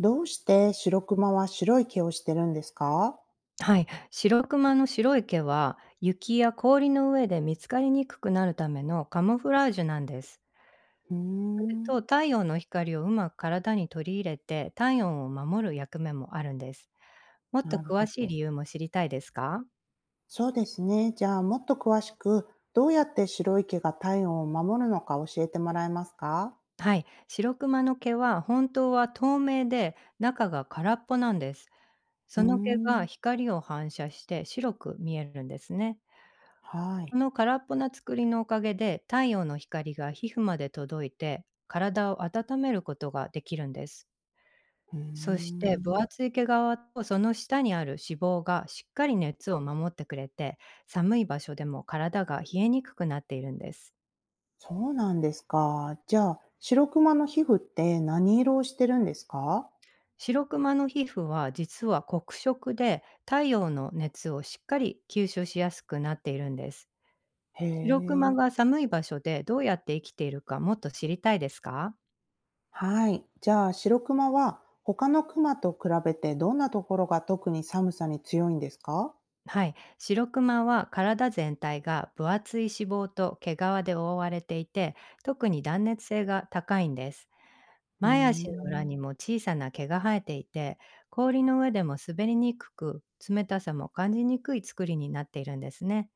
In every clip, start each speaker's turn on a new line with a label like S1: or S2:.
S1: どうして白クマは白い毛をしてるんですか？
S2: はい、白クマの白い毛は雪や氷の上で見つかりにくくなるためのカモフラージュなんです。
S1: うー
S2: それ
S1: ん、
S2: と太陽の光をうまく体に取り入れて体温を守る役目もあるんです。もっと
S1: なる
S2: 詳
S1: ほ
S2: しい
S1: ど。
S2: 理由も知りたいですか？
S1: そうですね。じゃあもっと詳しく、どうやって白い毛が体温を守るのか教えてもらえますか？
S2: はい、白クマの毛は本当は透明で中が空っぽなんです。
S1: うー
S2: その毛が
S1: ん、
S2: 光を反射して白く見えるんですね。
S1: はい。
S2: この空っぽな作りのおかげで、太陽の光が皮膚まで届いて、体を温めることができるんです。
S1: うー
S2: そして、分
S1: ん、
S2: 厚い毛皮とその下にある脂肪がしっかり熱を守ってくれて、寒い場所でも体が冷えにくくなっているんです。
S1: そうなんですか。じゃあ、白クマの皮膚って何色をしてるんですか？
S2: 白クマの皮膚は実は黒色で、太陽の熱をしっかり吸収しやすくなっているんです。
S1: へ
S2: 白クマ
S1: え。
S2: が寒い場所でどうやって生きているかもっと知りたいですか？
S1: はい。じゃあ、白クマは他のクマと比べてどんなところが特に寒さに強いんですか？
S2: はい、白クマは体全体が分厚い脂肪と毛皮で覆われていて、特に断熱性が高いんです。
S1: うー
S2: 前足の裏
S1: ん。
S2: にも小さな毛が生えていて、氷の上でも滑りにくく、冷たさも感じにくい作りになっているんですね。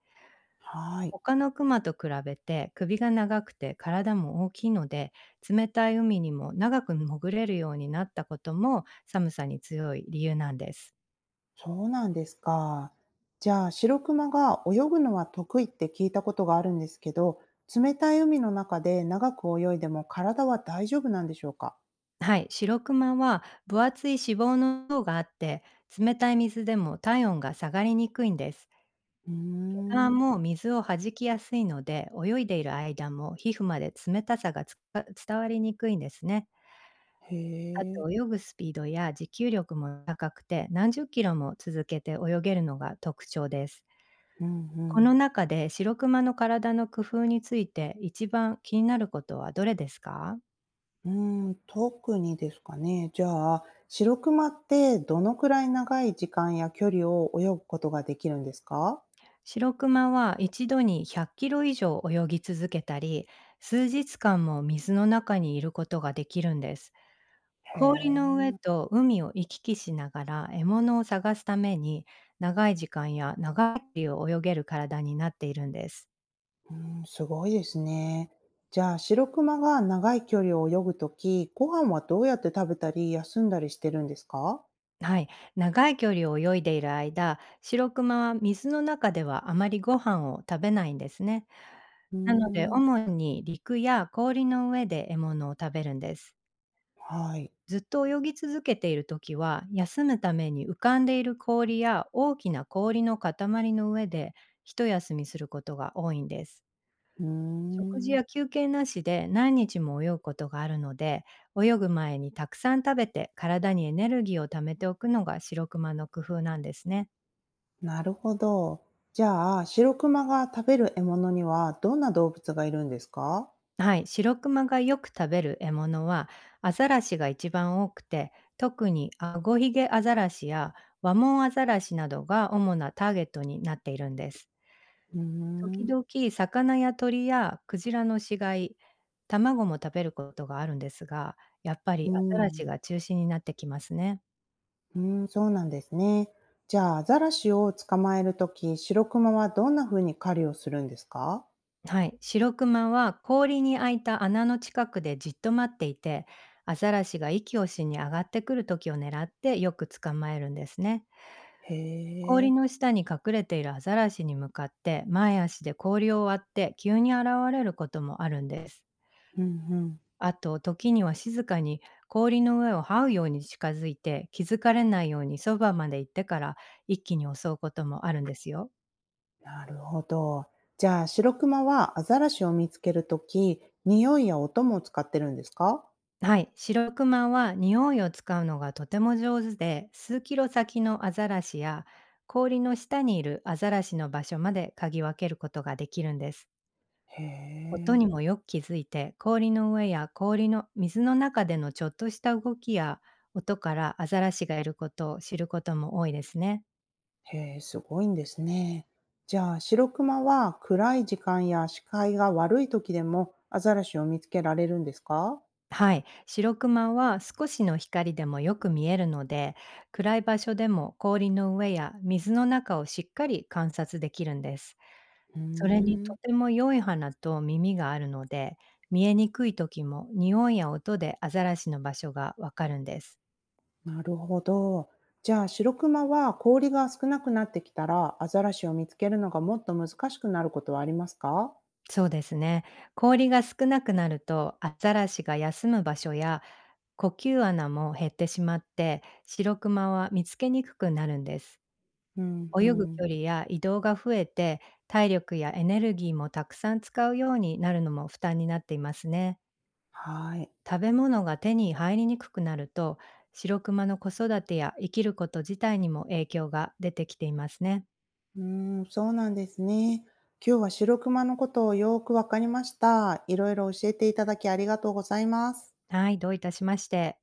S1: はい、
S2: 他のクマと比べて首が長くて体も大きいので、冷たい海にも長く潜れるようになったことも寒さに強い理由なんです。
S1: そうなんですか。じゃあ、白クマが泳ぐのは得意って聞いたことがあるんですけど、冷たい海の中で長く泳いでも体は大丈夫なんでしょうか？
S2: はい、白クマは分厚い脂肪の層があって、冷たい水でも体温が下がりにくいんです。
S1: うー
S2: あ
S1: ん、
S2: もう水を弾きやすいので、泳いでいる間も皮膚まで冷たさがつか伝わりにくいんですね。
S1: へ
S2: あ
S1: え、
S2: と泳ぐスピードや持久力も高くて、何十キロも続けて泳げるのが特徴です。
S1: う
S2: こ
S1: ん
S2: の中で白クマの体の工夫について一番気になることはどれですか？
S1: うん。特にですかね。じゃあ、白クマってどのくらい長い時間や距離を泳ぐことができるんですか？
S2: 白クマは一度に100キロ以上泳ぎ続けたり、数日間も水の中にいることができるんです。
S1: へ
S2: 氷の上
S1: え。
S2: と海を行き来しながら獲物を探すために、長い時間や長い距離を泳げる体になっているんです。
S1: うーん、すごいですね。じゃあ、シロクマが長い距離を泳ぐとき、ご飯はどうやって食べたり、休んだりしてるんですか？
S2: はい、長い距離を泳いでいる間、白クマは水の中ではあまりご飯を食べないんですね。
S1: うー
S2: なので、
S1: ん、
S2: 主に陸や氷の上で獲物を食べるんです。
S1: はい。
S2: ずっと泳ぎ続けているときは、休むために浮かんでいる氷や大きな氷の塊の上で一休みすることが多いんです。
S1: うー
S2: 食事
S1: ん、
S2: や休憩なしで何日も泳ぐことがあるので、泳ぐ前にたくさん食べて体にエネルギーを貯めておくのが白クマの工夫なんですね。
S1: なるほど。じゃあ、シロクマが食べる獲物には、どんな動物がいるんですか？
S2: はい、白クマがよく食べる獲物はアザラシが一番多くて、特にアゴヒゲアザラシやワモンアザラシなどが主なターゲットになっているんです。
S1: うー
S2: 時
S1: ん、
S2: 々、魚や鳥やクジラの死骸、卵も食べることがあるんですが、やっぱ
S1: う
S2: りアザラシ
S1: ん、
S2: が中心になってきますね。
S1: うん、そうなんですね。じゃあ、アザラシを捕まえるとき、シロクマはどんな風に狩りをするんですか？
S2: はい、シロクマは氷に開いた穴の近くでじっと待っていて、アザラシが息をしに上がってくる時を狙ってよく捕まえるんですね。
S1: へ
S2: 氷
S1: え、
S2: の下に隠れているアザラシに向かって前足で氷を割って急に現れることもあるんです。
S1: うんうん。
S2: あと、時には静かに氷の上を這うように近づいて、気づかれないようにそばまで行ってから一気に襲うこともあるんですよ。
S1: なるほど。じゃあ、白クマはアザラシを見つけるとき、匂いや音も使ってるんですか？
S2: はい、白クマは匂いを使うのがとても上手で、数キロ先のアザラシや氷の下にいるアザラシの場所まで嗅ぎ分けることができるんです。
S1: へ
S2: 音
S1: え、
S2: にもよく気づいて、氷の上や氷の水の中でのちょっとした動きや音からアザラシがいることを知ることも多いですね。
S1: へえ、すごいんですね。じゃあ、白クマは暗い時間や視界が悪いときでもアザラシを見つけられるんですか？
S2: はい、白クマは少しの光でもよく見えるので、暗い場所でも氷の上や水の中をしっかり観察できるんです。
S1: うー
S2: それにと
S1: ん、
S2: ても良い鼻と耳があるので、見えにくい時も匂いや音でアザラシの場所がわかるんです。
S1: なるほど。じゃあ、白クマは氷が少なくなってきたら、アザラシを見つけるのがもっと難しくなることはありますか？
S2: そうですね、氷が少なくなるとアザラシが休む場所や呼吸穴も減ってしまって白クマは見つけにくくなるんです。
S1: うん、う
S2: 泳ぐ
S1: ん。
S2: 距離や移動が増えて、体力やエネルギーもたくさん使うようになるのも負担になっていますね。
S1: はい。
S2: 食べ物が手に入りにくくなると、白クマの子育てや生きること自体にも影響が出てきていますね。
S1: うーん、そうなんですね。今日は白熊のことをよーくわかりました。いろいろ教えていただきありがとうございます。
S2: はい、どういたしまして。